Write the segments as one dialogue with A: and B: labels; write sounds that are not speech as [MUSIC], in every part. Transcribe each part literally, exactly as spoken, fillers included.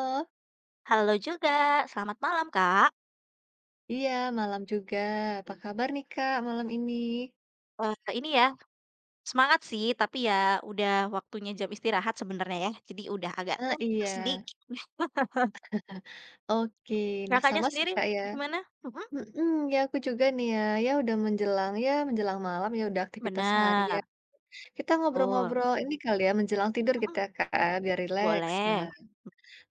A: Oh,
B: Halo juga, selamat malam Kak.
A: iya malam juga. Apa kabar nih Kak, malam ini?
B: Eee, ini ya, semangat sih, tapi ya udah waktunya jam istirahat sebenarnya ya, jadi udah agak
A: Ah,
B: lemes
A: iya.
B: sedikit [LAUGHS] nih.
A: Oke. Nah
B: Kakaknya
A: sama sih
B: sendiri
A: Kak ya.
B: gimana? Mhm,
A: Mhm, ya aku juga nih ya, ya udah menjelang ya menjelang malam, ya udah aktivitas
B: bener,
A: seharian. Kita
B: betul.
A: ngobrol-ngobrol ini kali ya menjelang
B: Mhm
A: tidur
B: mhm,
A: kita Kak, biar rileks. Nah
B: boleh.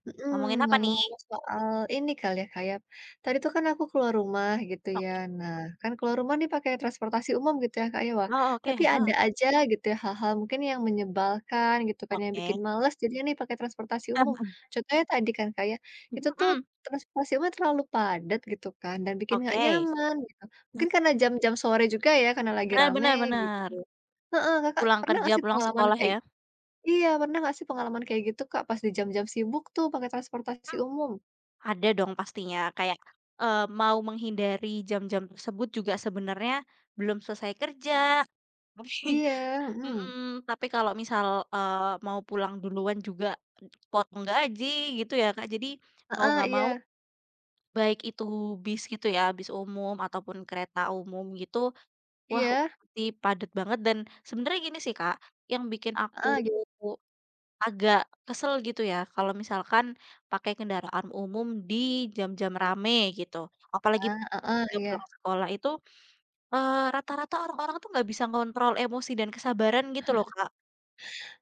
A: mhm,
B: Ngomongin apa nih?
A: ngomong-ngomong soal ini kali ya, kayak tadi tuh kan aku keluar rumah gitu ya.
B: Oke.
A: Nah, kan keluar rumah nih pakai transportasi umum gitu ya, Kak, ya. Wah,
B: Oh oke,
A: tapi ada
B: heeh,
A: aja gitu ya hal-hal mungkin yang menyebalkan gitu kan, yang bikin
B: oke.
A: males jadinya nih pakai transportasi
B: [LAUGHS]
A: umum.
B: Mhm
A: Contohnya tadi kan, kayak itu tuh
B: mhm,
A: transportasi umum terlalu padat gitu kan dan bikin nggak
B: oke.
A: nyaman gitu. Mungkin karena jam-jam sore juga ya, karena lagi
B: Bener
A: rame
B: bener
A: gitu
B: bener.
A: heeh, Kakak
B: Pulang
A: pernah
B: kerja,
A: ngasih
B: pulang
A: pengalaman
B: sekolah
A: kayak
B: ya?
A: iya, pernah nggak sih pengalaman kayak gitu, Kak, pas di jam-jam sibuk tuh pakai transportasi
B: Mhm.
A: umum?
B: Ada dong pastinya kayak, eee, mau menghindari jam-jam tersebut juga sebenarnya belum selesai kerja, tapi
A: Iya,
B: [LAUGHS]
A: mhm,
B: mhm, tapi kalau misal, eee, mau pulang duluan juga potong gaji gitu ya, Kak. Jadi mau
A: heeh,
B: nggak
A: iya
B: mau baik itu bis gitu ya, bis umum ataupun kereta umum gitu, wah
A: iya,
B: pasti padat banget dan sebenarnya gini sih, Kak, yang bikin aku
A: heeh,
B: agak kesel gitu ya kalau misalkan pakai kendaraan umum di jam-jam rame gitu. Apalagi
A: gimana? Heeh,
B: dia
A: iya.
B: pulang sekolah itu, eee, rata-rata orang-orang tuh nggak bisa ngontrol emosi dan kesabaran gitu loh, Kak.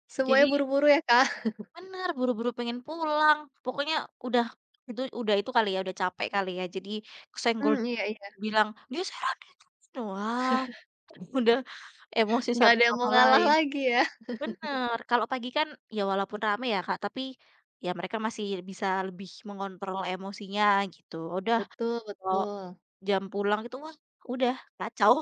A: Semuanya
B: Jadi
A: buru-buru ya, Kak?
B: bener, buru-buru pengen pulang, pokoknya udah itu udah itu kali ya, udah capek kali ya, jadi kesenggol
A: Mmm, iya iya,
B: dikit bilang, "Geseran dikit." Wah, [LAUGHS] udah emosi
A: nggak
B: satu
A: ada yang mau
B: sama
A: ngalah
B: lain.
A: lagi ya.
B: Bener, kalau pagi kan ya walaupun rame ya Kak, tapi ya mereka masih bisa lebih mengontrol emosinya gitu. Udah
A: Betul
B: kalau
A: betul.
B: jam pulang itu wah udah kacau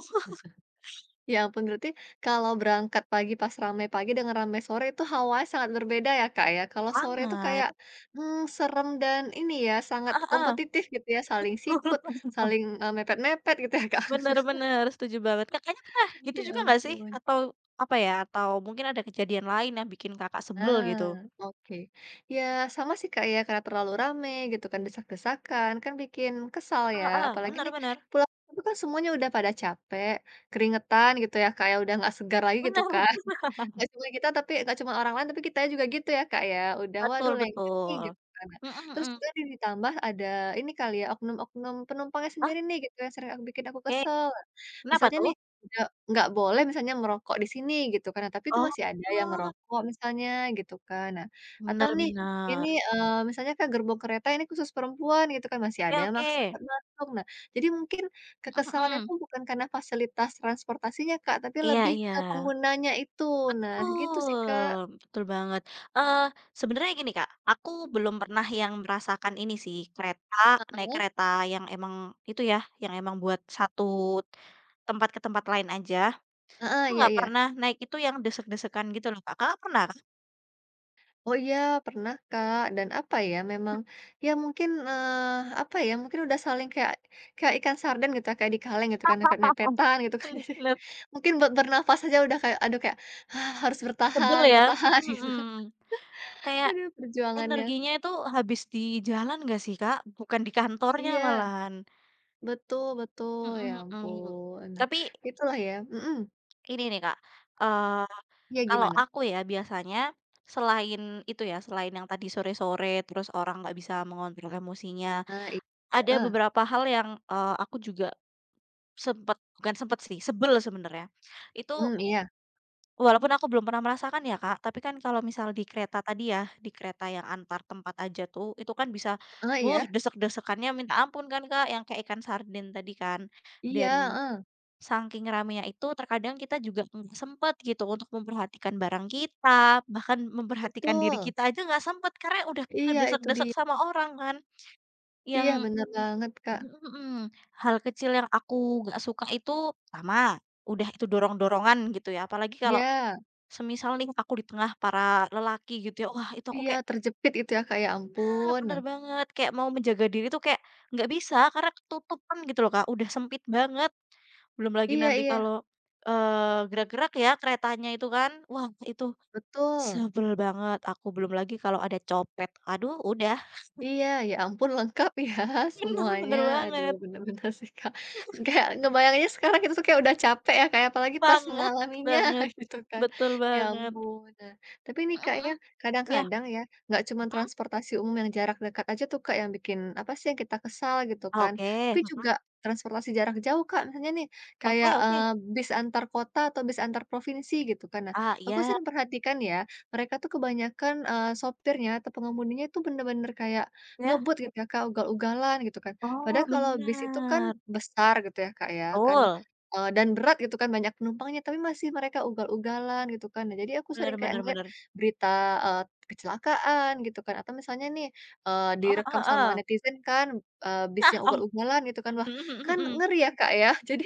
A: Ya ampun, berarti kalau berangkat pagi pas ramai pagi dengan ramai sore itu hawanya sangat berbeda ya, Kak, ya? Kalau sore itu kayak,
B: banget.
A: mmm, serem dan ini ya, sangat
B: Heeh.
A: kompetitif gitu ya, saling sikut,
B: [LAUGHS]
A: saling, eee, mepet-mepet gitu ya, Kak? [LAUGHS]
B: Bener bener, setuju banget. Kakaknya pernah gitu
A: Ya
B: juga nggak sih?
A: ampun.
B: Atau apa ya, atau mungkin ada kejadian lain yang bikin Kakak sebel
A: Nah,
B: gitu?
A: oke. Ya, sama sih Kak ya, karena terlalu rame gitu kan, desak-desakan, kan bikin kesal ya.
B: Heeh
A: Apalagi
B: bener
A: nih,
B: bener.
A: pulang itu kan semuanya udah pada capek, keringetan gitu ya kayak udah nggak segar lagi
B: [LAUGHS]
A: gitu
B: Bener.
A: kan. [LAUGHS] Nggak cuma kita tapi nggak cuma orang lain, tapi kita juga gitu ya Kak ya. Udah waduh
B: Betul
A: lengket nih
B: betul.
A: gitu kan.
B: Mhm
A: Terus
B: mhm.
A: juga nih ditambah ada ini kali ya, oknum-oknum penumpangnya
B: Oh
A: sendiri nih gitu yang sering aku bikin aku
B: oke,
A: kesel.
B: kenapa
A: Misalnya
B: tuh?
A: nih, nggak boleh misalnya merokok di sini gitu kan. Nah, tapi itu
B: Oh,
A: masih ada yang ngerokok misalnya gitu kan. Nah, atau
B: bener
A: nih ini,
B: bener.
A: eee, misalnya Kak gerbong kereta ini khusus perempuan gitu kan, masih ada
B: Oke
A: yang
B: oke.
A: maksa buat masuk. Nah, jadi mungkin
B: Mhm
A: kekesalan itu
B: mhm.
A: bukan karena fasilitas transportasinya Kak, tapi
B: Iya
A: lebih
B: iya.
A: ke penggunanya itu. Nah gitu sih Kak.
B: Betul, betul banget. Eee, sebenarnya gini, Kak, aku belum pernah yang merasakan ini sih, kereta naik
A: Heeh,
B: kereta yang emang itu ya, yang emang buat satu tempat ke tempat lain aja,
A: heeh,
B: itu
A: iya
B: nggak
A: iya.
B: pernah naik itu yang desek-desekan gitu loh, Kak. Kakak pernah?
A: Oh iya, pernah Kak, dan apa ya, memang ya mungkin, eee, apa ya, mungkin udah saling kayak kayak ikan sarden gitu ya, kayak dikaleng gitu kan,
B: [LAUGHS]
A: mepet-mepetan gitu kan. [LAUGHS]
B: Bener
A: Jadi
B: bener.
A: mungkin buat bernafas aja udah kayak, aduh kayak, "Ah, harus
B: Sebel
A: bertahan
B: ya,
A: bertahan
B: mhm
A: [LAUGHS] gitu.
B: mhm. Kayak
A: Aduh perjuangannya.
B: energinya itu habis di jalan nggak sih, Kak? Bukan di kantornya
A: Iya,
B: malahan.
A: betul betul, ya
B: Mhm mhm.
A: ampun. Nah,
B: Tapi
A: itulah ya mhm,
B: ini nih Kak, eee,
A: iya
B: kalau
A: gimana?
B: aku ya biasanya selain itu ya, selain yang tadi sore-sore terus orang nggak bisa mengontrol emosinya,
A: Nah i
B: ada
A: heeh,
B: beberapa hal yang, eee, aku juga sempet bukan sempet sih, sebel sebenarnya. Itu
A: mmm, iya,
B: walaupun aku belum pernah merasakan ya Kak, tapi kan kalau misal di kereta tadi ya, di kereta yang antar tempat aja tuh, itu kan bisa,
A: ah
B: wuh,
A: iya.
B: desek-desekannya minta ampun kan Kak, yang kayak ikan sarden tadi kan.
A: Iya,
B: Dan
A: ah
B: saking ramenya itu terkadang kita juga nggak sempet gitu untuk memperhatikan barang kita, bahkan memperhatikan diri
A: betul.
B: kita aja nggak sempet karena udah
A: Iya itu
B: kedesak-desak
A: dia.
B: sama orang kan. Yang
A: Iya bener banget Kak.
B: mhm mhm, hal kecil yang aku nggak suka itu sama, udah itu dorong-dorongan gitu ya, apalagi kalau
A: Iya.
B: semisal nih aku di tengah para lelaki gitu ya, wah itu aku
A: Iya
B: kayak
A: terjepit itu ya, Kak, ya
B: bener
A: ampun.
B: bener
A: Nah,
B: banget, kayak mau menjaga diri tuh kayak nggak bisa karena ketutupan gitu loh Kak, udah sempit banget. Belum lagi
A: iya
B: nanti
A: iya,
B: kalau, eee, gerak-gerak ya keretanya itu kan, wah itu
A: betul.
B: sebel banget aku, belum lagi kalau ada copet, aduh udah,
A: Iya, ya ampun lengkap ya [LAUGHS]
B: [LAUGHS] bener
A: semuanya.
B: bener
A: Aduh
B: banget,
A: bener-bener sih, Kak. Kayak ngebayanginnya sekarang itu tuh kayak udah capek ya, kayak apalagi pas
B: banget
A: mengalaminya
B: banget,
A: [LAUGHS] gitu kan.
B: betul
A: Ya
B: banget,
A: ampun. Nah, tapi ini
B: mhm
A: Kak, ya
B: mhm, iya,
A: kadang-kadang ya nggak cuma
B: mhm,
A: transportasi umum yang jarak dekat aja tuh, Kak, yang bikin apa sih, yang kita kesal gitu kan. Tapi
B: oke, mhm,
A: juga transportasi jarak jauh, Kak, misalnya nih
B: oke
A: kayak,
B: oke,
A: eee, bis antar kota atau bis antar provinsi gitu kan. Nah,
B: ah,
A: aku
B: iya,
A: sering perhatikan ya mereka tuh kebanyakan, eee, sopirnya atau pengemudinya itu bener-bener kayak
B: ya,
A: ngebut gitu ya, Kak, ugal-ugalan gitu kan.
B: oh
A: Padahal kalau bis itu kan
B: benar
A: besar gitu ya, Kak, ya, kan,
B: betul,
A: eee, dan berat gitu kan, banyak penumpangnya, tapi masih mereka ugal-ugalan gitu kan. Nah, jadi aku sering
B: bener
A: kayak
B: bener
A: ngeliat
B: bener,
A: berita, eee, kecelakaan gitu kan, atau misalnya nih, eee,
B: heeh
A: direkam
B: heeh
A: sama
B: heeh,
A: netizen kan, eee, bis
B: nah,
A: yang
B: [LAUGHS] oh,
A: ugal-ugalan gitu kan. Wah,
B: mhm mhm
A: kan
B: mhm.
A: ngeri ya, Kak, ya. [LAUGHS] Jadi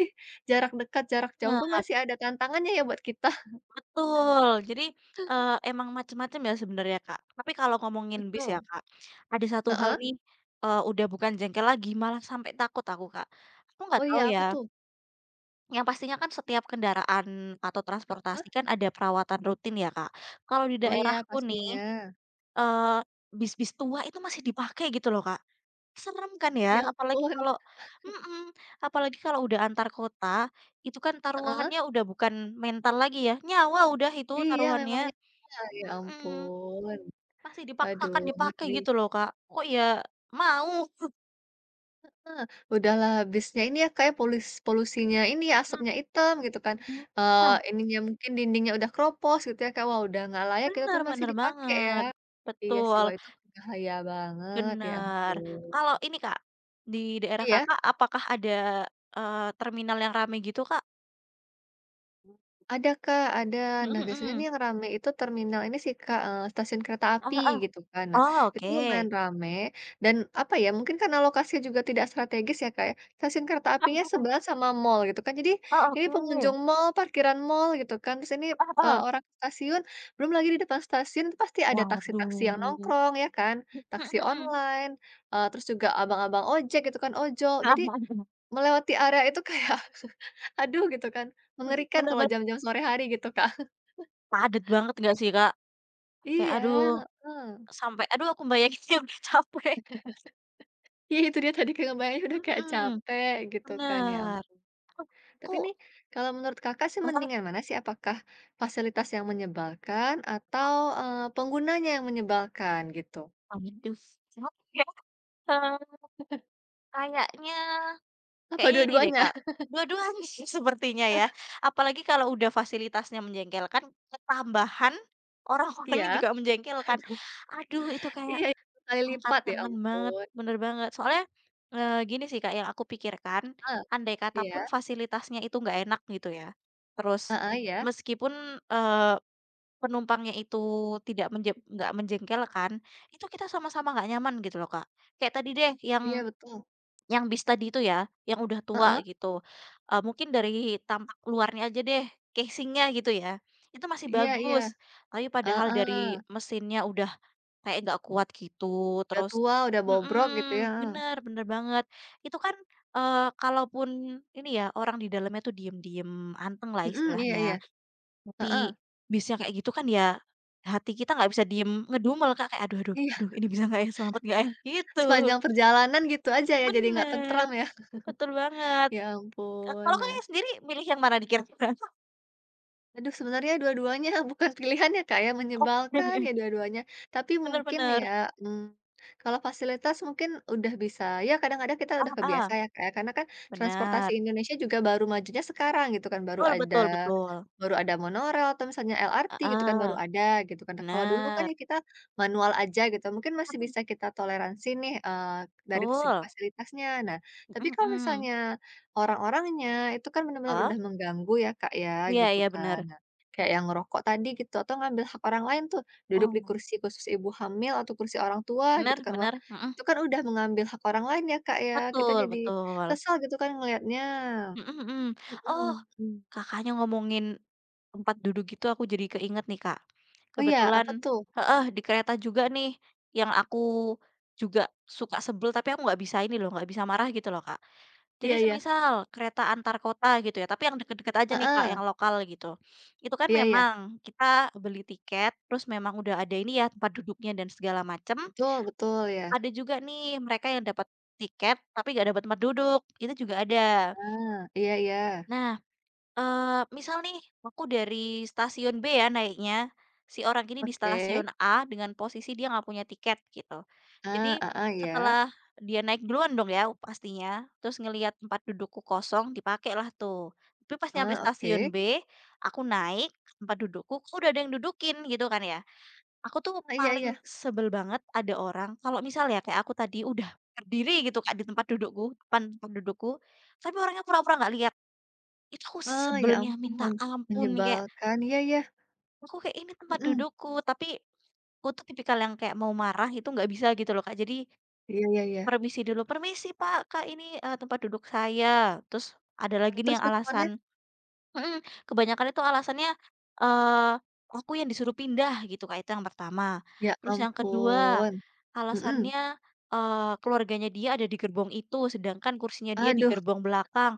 A: jarak dekat, jarak jauh
B: Nah
A: pun masih ada tantangannya ya buat kita.
B: betul, jadi, eee, emang macam-macam ya sebenarnya, Kak. Tapi kalau ngomongin bis ya,
A: Betul.
B: Kak, ada satu hal
A: Heeh.
B: nih, eee, udah bukan jengkel lagi, malah sampai takut aku, Kak. Aku nggak
A: Oh iya,
B: tahu
A: apa
B: ya,
A: tuh?
B: yang pastinya kan setiap kendaraan atau
A: Heeh?
B: transportasi kan ada perawatan rutin ya, Kak. Kalau di
A: Oh iya,
B: daerahku nih,
A: pastinya.
B: eee, bis-bis tua itu masih dipakai gitu loh, Kak. Serem kan ya,
A: Ya
B: apalagi
A: ampun.
B: kalau mhm, apalagi kalau udah antar kota, itu kan
A: Heeh.
B: taruhannya udah bukan mental lagi ya, nyawa udah itu
A: Iya, memang
B: taruhannya.
A: nyata, ya
B: Mhm,
A: ampun.
B: masih
A: Aduh,
B: dipaksakan dipakai
A: ngeri.
B: gitu loh, Kak. Kok ya mau.
A: Heeh, udahlah habisnya ini ya, kayak ya, polusinya ini ya, asapnya hitam gitu kan,
B: Mhm.
A: eee,
B: Nah,
A: ininya mungkin dindingnya udah keropos gitu ya, kayak wah udah nggak layak gitu
B: bener
A: tapi masih
B: bener
A: dipakai ya.
B: banget.
A: Iya sih,
B: Betul,
A: wah itu berbahaya banget, ya
B: bener.
A: ampun.
B: Kalau ini, Kak, di daerah
A: Iya?
B: Kakak apakah ada, eee, terminal yang rame gitu, Kak?
A: Ada Kak, ada.
B: Mhm
A: Nah, biasanya nih
B: mhm.
A: yang rame itu terminal ini sih Kak, eee, stasiun kereta api
B: Heeh heeh.
A: gitu kan. Nah,
B: Oh,
A: itu
B: oke.
A: lumayan rame dan apa ya, mungkin karena lokasinya juga tidak strategis ya Kak ya, stasiun kereta
B: Heeh
A: apinya
B: heeh.
A: sebelah sama mall gitu kan. Jadi
B: Oh,
A: ini
B: oke.
A: pengunjung mall, parkiran mall gitu kan, terus ini,
B: Heeh
A: eee,
B: heeh.
A: orang ke stasiun, belum lagi di depan stasiun itu pasti ada taksi-taksi yang
B: Waduh.
A: nongkrong ya kan,
B: Mhm
A: taksi
B: mhm.
A: online, eee, terus juga abang-abang ojek gitu kan, ojol. Jadi
B: Heeh heeh heeh.
A: melewati area itu kayak [LAUGHS] aduh gitu kan,
B: Mhm,
A: mengerikan
B: bener
A: kalau
B: bener.
A: jam-jam
B: [LAUGHS]
A: sore hari gitu, Kak. [LAUGHS]
B: Padat banget nggak sih, Kak? Kayak aduh,
A: Iya, heeh.
B: sampai aduh aku bayanginnya udah capek. [LAUGHS]
A: Iya itu dia tadi kayak ngebayangin udah kayak
B: Mhm,
A: capek gitu kan, ya
B: bener.
A: ampun.
B: Aku aku
A: Tapi nih kalau menurut Kakak sih
B: heeh,
A: mendingan mana sih? Apakah fasilitas yang menyebalkan atau, eee, penggunanya yang menyebalkan gitu?
B: aduh, [LAUGHS] apa ya, eee, kayaknya
A: Apa
B: kayaknya ini deh,
A: dua-duanya?
B: Kak,
A: [LAUGHS]
B: dua-duanya sih [LAUGHS] sepertinya ya. Apalagi kalau udah fasilitasnya menjengkelkan, ketambahan orang-orangnya
A: Iya?
B: juga menjengkelkan.
A: Aduh,
B: Aduh, itu kayak
A: iya itu kali
B: angkat
A: lipat ya
B: tangan banget,
A: ampun.
B: bener banget. Soalnya, eee, gini sih, Kak, yang aku pikirkan,
A: Ah
B: andai kata
A: iya,
B: pun fasilitasnya itu nggak enak gitu ya, terus
A: heeh, iya.
B: meskipun, eee penumpangnya itu tidak menje nggak menjengkelkan, itu kita sama-sama nggak nyaman gitu loh, Kak. Kayak tadi deh yang
A: Iya betul.
B: yang bis tadi itu ya, yang udah tua
A: Heeh,
B: gitu, eee, mungkin dari tampak luarnya aja deh, casingnya gitu ya, itu masih
A: iya iya,
B: bagus, tapi padahal
A: heeh.
B: dari mesinnya udah kayak nggak kuat gitu,
A: Udah
B: terus
A: tua, udah bobrok gitu ya,
B: mhm, bener bener banget. Itu kan, eee, kalaupun ini ya, orang di dalamnya tuh diem-diem anteng lah
A: mhm, iya iya,
B: istilahnya.
A: heeh,
B: Tapi bis yang kayak gitu kan ya, hati kita nggak bisa diem ngedumel, Kak, kayak, "Aduh aduh
A: iya,
B: aduh ini bisa nggak ya, selamat nggak ya?" Gitu.
A: sepanjang perjalanan gitu aja ya, jadi nggak
B: Bener,
A: tentram ya?
B: betul banget.
A: Ya
B: Ka
A: ampun,
B: kalau
A: nah
B: Kakaknya sendiri milih yang mana dikira kira-kira? [LAUGHS]
A: aduh sebenarnya dua-duanya [LAUGHS] bukan pilihan ya, Kak, ya, menyebalkan
B: Oke,
A: ya dua-duanya. Tapi
B: bener
A: mungkin
B: bener. [LAUGHS]
A: ya, mmm, kalau fasilitas mungkin udah bisa ya kadang-kadang kita
B: Ah
A: udah kebiasa
B: hah,
A: ya, Kak, ya, karena kan transportasi
B: bener.
A: Indonesia juga baru majunya sekarang gitu kan, baru
B: Betul betul
A: ada
B: betul.
A: baru ada monorail atau misalnya
B: Ah
A: L R T gitu kan, baru
B: ah,
A: ada gitu kan. Nah, kalau dulu kan
B: bener.
A: ya kita manual aja gitu, mungkin masih bisa kita toleransi nih, eee, dari segi
B: Betul.
A: fasilitasnya. Nah, tapi
B: Mhm
A: kalau
B: mhm.
A: misalnya orang-orangnya, itu kan benar-benar
B: Oh,
A: udah mengganggu ya, Kak, ya,
B: iya
A: gitu
B: iya
A: kan.
B: bener.
A: Nah, kayak yang ngerokok tadi gitu, atau ngambil hak orang lain tuh, duduk di
B: Oh,
A: kursi khusus ibu hamil atau kursi orang tua gitu
B: bener
A: kan, wah,
B: bener, mhm.
A: itu kan udah mengambil hak orang lain ya, Kak, ya. Kita
B: Betul
A: jadi
B: betul.
A: kesal gitu kan ngelihatnya.
B: Mhm mhm. Oh,
A: Mhm mhm.
B: Kakaknya ngomongin tempat duduk gitu aku jadi keinget nih, Kak.
A: Oh iya, apa
B: Kebetulan
A: tuh?
B: heeh, di kereta juga nih, yang aku juga suka sebel tapi aku nggak bisa ini loh, nggak bisa marah gitu loh, Kak. Jadi
A: Iya iya.
B: semisal kereta antar kota gitu ya, tapi yang deket-deket aja nih, Kak,
A: Heeh.
B: yang lokal gitu. Itu kan
A: Iya iya.
B: memang kita beli tiket, terus memang udah ada ini ya tempat duduknya dan segala macem.
A: Betul betul ya.
B: Ada juga nih mereka yang dapat tiket tapi nggak dapat tempat duduk, itu juga ada.
A: Ah, iya iya.
B: Nah Eee, misal nih aku dari stasiun B ya naiknya, si orang ini di
A: Oke.
B: stasiun A dengan posisi dia nggak punya tiket gitu.
A: Ah,
B: Jadi
A: ah ah ya.
B: setelah dia naik duluan dong ya pastinya, terus ngelihat tempat dudukku kosong dipakailah tuh. Tapi pas nyampe
A: Ah, oke.
B: stasiun B, aku naik ke tempat dudukku, kok udah ada yang dudukin gitu kan ya. Aku tuh
A: Ah, iya
B: paling
A: iya.
B: sebel banget ada orang kalau misal ya kayak aku tadi udah berdiri gitu Kak di tempat dudukku, depan tempat dudukku, tapi orangnya pura-pura nggak lihat. Itu aku
A: Ah, ya
B: sebelnya minta
A: ampun,
B: ampun, kayak,
A: menyebalkan. Iya iya.
B: aku kayak, "Ini tempat
A: Mhm,
B: dudukku," tapi aku tuh tipikal yang kayak mau marah itu nggak bisa gitu loh, Kak. Jadi
A: iya iya iya.
B: permisi dulu, "Permisi Pak, Kak, ini, eee, tempat duduk saya." Terus ada lagi
A: Eee,
B: nih
A: terus
B: yang
A: responnya?
B: alasan mhm, kebanyakan itu alasannya, eee, aku yang disuruh pindah gitu, Kak, itu yang pertama.
A: Ya
B: Terus yang kedua,
A: ampun, mhm,
B: alasannya, eee, keluarganya dia ada di gerbong itu, sedangkan kursinya dia di
A: aduh
B: gerbong belakang.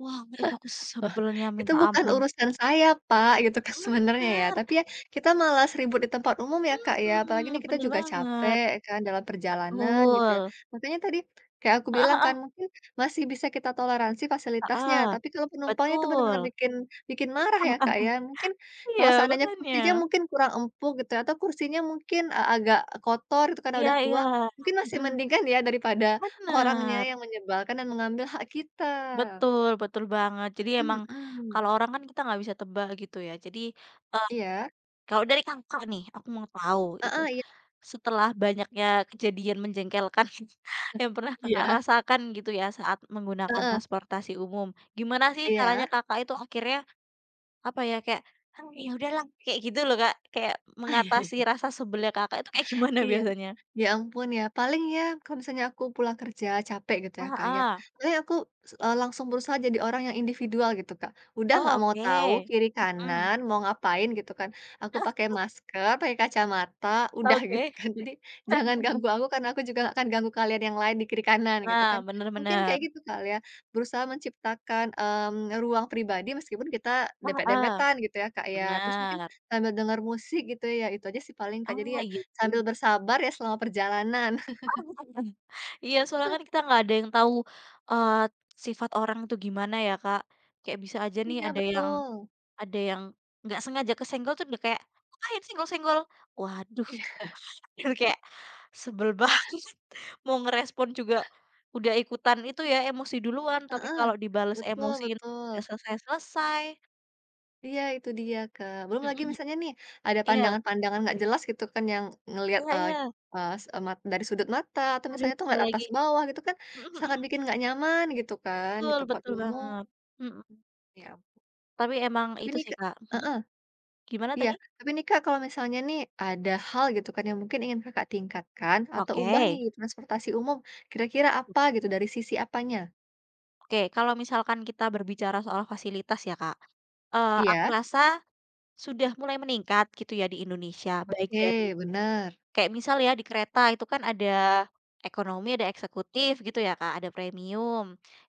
B: Wah, itu aku
A: [LAUGHS] loh,
B: sebelnya
A: itu
B: minta
A: bukan
B: ampun.
A: urusan saya, Pak, gitu kan sebenarnya ya,
B: Bener.
A: tapi ya kita malas ribut di tempat umum ya, Kak, ya, apalagi
B: Mmm,
A: ini kita
B: bener
A: juga
B: banget,
A: capek kan dalam perjalanan gitu
B: betul.
A: ya. Makanya tadi kayak aku
B: Heeh
A: bilang kan
B: heeh
A: mungkin masih bisa kita toleransi fasilitasnya,
B: heeh,
A: tapi kalau penumpangnya itu benar-benar
B: betul.
A: bikin bikin marah ya, Kak, ya. Mungkin kalau
B: Iya,
A: seandainya kursinya
B: makanya.
A: mungkin kurang empuk gitu ya, atau kursinya mungkin, eee, agak kotor itu karena
B: Iya
A: udah
B: iya,
A: tua, mungkin masih
B: mhm,
A: mending kan ya daripada orangnya
B: bener,
A: yang menyebalkan dan mengambil hak kita.
B: betul betul banget. Jadi
A: Mhm
B: emang
A: mhm.
B: kalau orang kan kita nggak bisa tebak gitu ya. Jadi, eee,
A: Iya,
B: kalau dari Kakak nih, aku mau tahu itu,
A: heeh, iya
B: setelah banyaknya kejadian menjengkelkan [LAUGHS] yang pernah Kakak
A: iya,
B: rasakan gitu ya saat menggunakan
A: heeh,
B: transportasi umum, gimana sih
A: iya.
B: caranya Kakak itu akhirnya apa ya, kayak, "Mmm, ya udahlah," kayak gitu loh, Kak. Kayak
A: Ah,
B: mengatasi
A: iya
B: rasa sebelnya Kakak itu kayak [LAUGHS] gimana
A: iya.
B: biasanya?
A: Ya ampun ya, paling ya kalau misalnya aku pulang kerja capek gitu
B: Ah
A: ya Kak ya,
B: hah.
A: paling aku s eee, langsung berusaha jadi orang yang individual gitu Kak, udah
B: Oh,
A: nggak mau tahu
B: oke.
A: kiri
B: Mhm.
A: kanan mau ngapain gitu kan, aku pakai
B: [LAUGHS]
A: masker, pakai kacamata, udah [LAUGHS] gitu
B: Oke.
A: kan. Jadi jangan ganggu aku karena aku juga nggak akan ganggu kalian yang lain di kiri kanan gitu
B: Nah,
A: kan.
B: bener
A: Mungkin
B: bener.
A: kayak gitu kali ya, berusaha menciptakan, mmm, ruang pribadi meskipun kita
B: Ah hah,
A: dempet-dempetan gitu ya Kak ya, terus mungkin
B: bener.
A: sambil denger musik gitu ya, itu aja sih paling Kak. Jadi
B: Ah,
A: ya
B: iya sih.
A: sambil bersabar ya selama perjalanan. [LAUGHS]
B: [LAUGHS] Iya, soalnya kan kita nggak ada yang tahu, eee, sifat orang itu gimana ya, Kak. Kayak bisa aja nih
A: Iya
B: ada yang
A: betul.
B: ada yang nggak sengaja kesenggol tuh udah kayak, "Ngapain senggol-senggol?" Waduh.
A: Iya.
B: Itu kayak sebel banget, [LAUGHS] mau ngerespon juga udah ikutan itu ya, emosi duluan, tapi
A: Heeh.
B: kalau dibales
A: Betul
B: emosiin nggak
A: betul.
B: selesai-selesai.
A: Iya itu dia, Kak. Belum lagi
B: Mhm,
A: misalnya nih, ada
B: iya
A: pandangan-pandangan nggak jelas gitu kan yang ngelihat,
B: iya
A: eee
B: iya,
A: eee, s eee, mat dari sudut mata atau
B: aduh
A: misalnya tuh
B: nggak
A: ngelihat atas
B: lagi
A: bawah gitu kan,
B: mhm mhm,
A: sangat bikin nggak nyaman gitu kan di
B: betul
A: tempat
B: betul
A: umum.
B: banget, mhm,
A: Ya.
B: tapi emang
A: Tapi
B: itu
A: nih,
B: sih,
A: Kak
B: Kak mhm,
A: heeh,
B: gimana
A: iya.
B: tadi?
A: Tapi nih, Kak, kalau misalnya nih ada hal gitu kan yang mungkin ingin Kakak tingkatkan atau
B: Oke
A: ubah nih di transportasi umum, kira-kira apa gitu dari sisi apanya?
B: oke, kalau misalkan kita berbicara soal fasilitas ya, Kak, eee, aku
A: Iya.
B: rasa sudah mulai meningkat gitu ya di Indonesia, baik dari
A: Oke, bener.
B: kayak misal ya di kereta itu kan ada ekonomi, ada eksekutif gitu ya Kak, ada premium.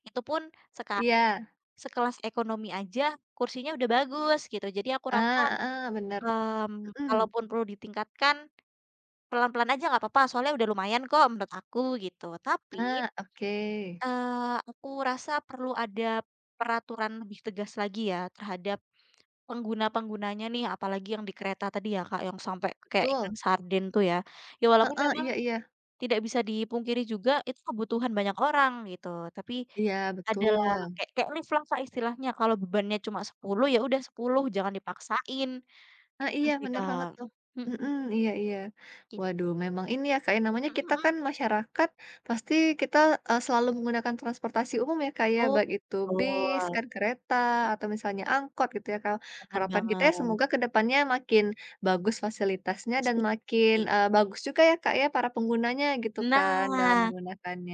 B: Itu pun seka
A: Iya,
B: sekelas ekonomi aja kursinya udah bagus gitu. Jadi aku rasa,
A: ah, heeh, bener,
B: mmm,
A: mhm,
B: kalaupun perlu ditingkatkan pelan-pelan aja nggak apa-apa soalnya udah lumayan kok menurut aku gitu. Tapi,
A: ah, oke,
B: eee, aku rasa perlu ada peraturan lebih tegas lagi ya terhadap pengguna-penggunanya nih apalagi yang di kereta tadi ya Kak yang sampai kayak
A: betul,
B: ikan sarden tuh ya. Ya walaupun
A: heeh,
B: memang
A: iya iya,
B: tidak bisa dipungkiri juga itu kebutuhan banyak orang gitu, tapi
A: iya
B: adalah
A: betul.
B: kayak kayak lift lah, Kak, istilahnya kalau bebannya cuma sepuluh ya udah sepuluh jangan dipaksain,
A: Ah,
B: gitu
A: iya
B: sih,
A: bener banget
B: Kak.
A: tuh.
B: Mhm,
A: Mhm, iya iya.
B: git
A: Waduh memang ini ya Kak, ya namanya
B: mhm
A: kita kan
B: mhm.
A: masyarakat pasti kita, eee, selalu menggunakan transportasi umum ya Kak, ya,
B: Oh,
A: baik itu bis
B: betul,
A: kan, kereta, atau misalnya angkot gitu ya Kak.
B: bener
A: Harapan kita ya
B: banget,
A: semoga ke depannya makin bagus fasilitasnya dan
B: insting,
A: makin,
B: iya.
A: eee, bagus juga ya Kak, ya para penggunanya gitu kan dalam
B: Nah,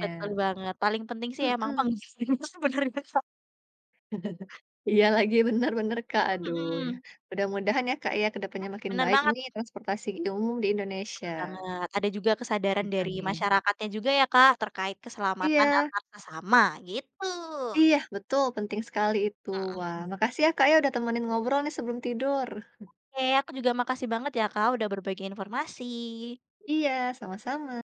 B: betul banget, paling penting sih emang
A: Mhm.
B: pendidikan [LAUGHS] sebenarnya, Kak.
A: Iya lagi, benar-benar Kak,
B: Mhm
A: aduh
B: mhm,
A: ya. Mudah-mudahan ya Kak, ya kedepannya makin
B: bener
A: baik
B: banget
A: nih transportasi umum di Indonesia.
B: bener banget. Ada juga kesadaran dari
A: Vitamin.
B: masyarakatnya juga ya, Kak, terkait keselamatan
A: Iya
B: antar sesama, gitu.
A: iya, betul penting sekali itu. Wah, makasih ya, Kak, ya, udah temenin ngobrol nih sebelum tidur.
B: Oke, aku juga makasih banget ya Kak, udah berbagi informasi.
A: Iya, sama-sama.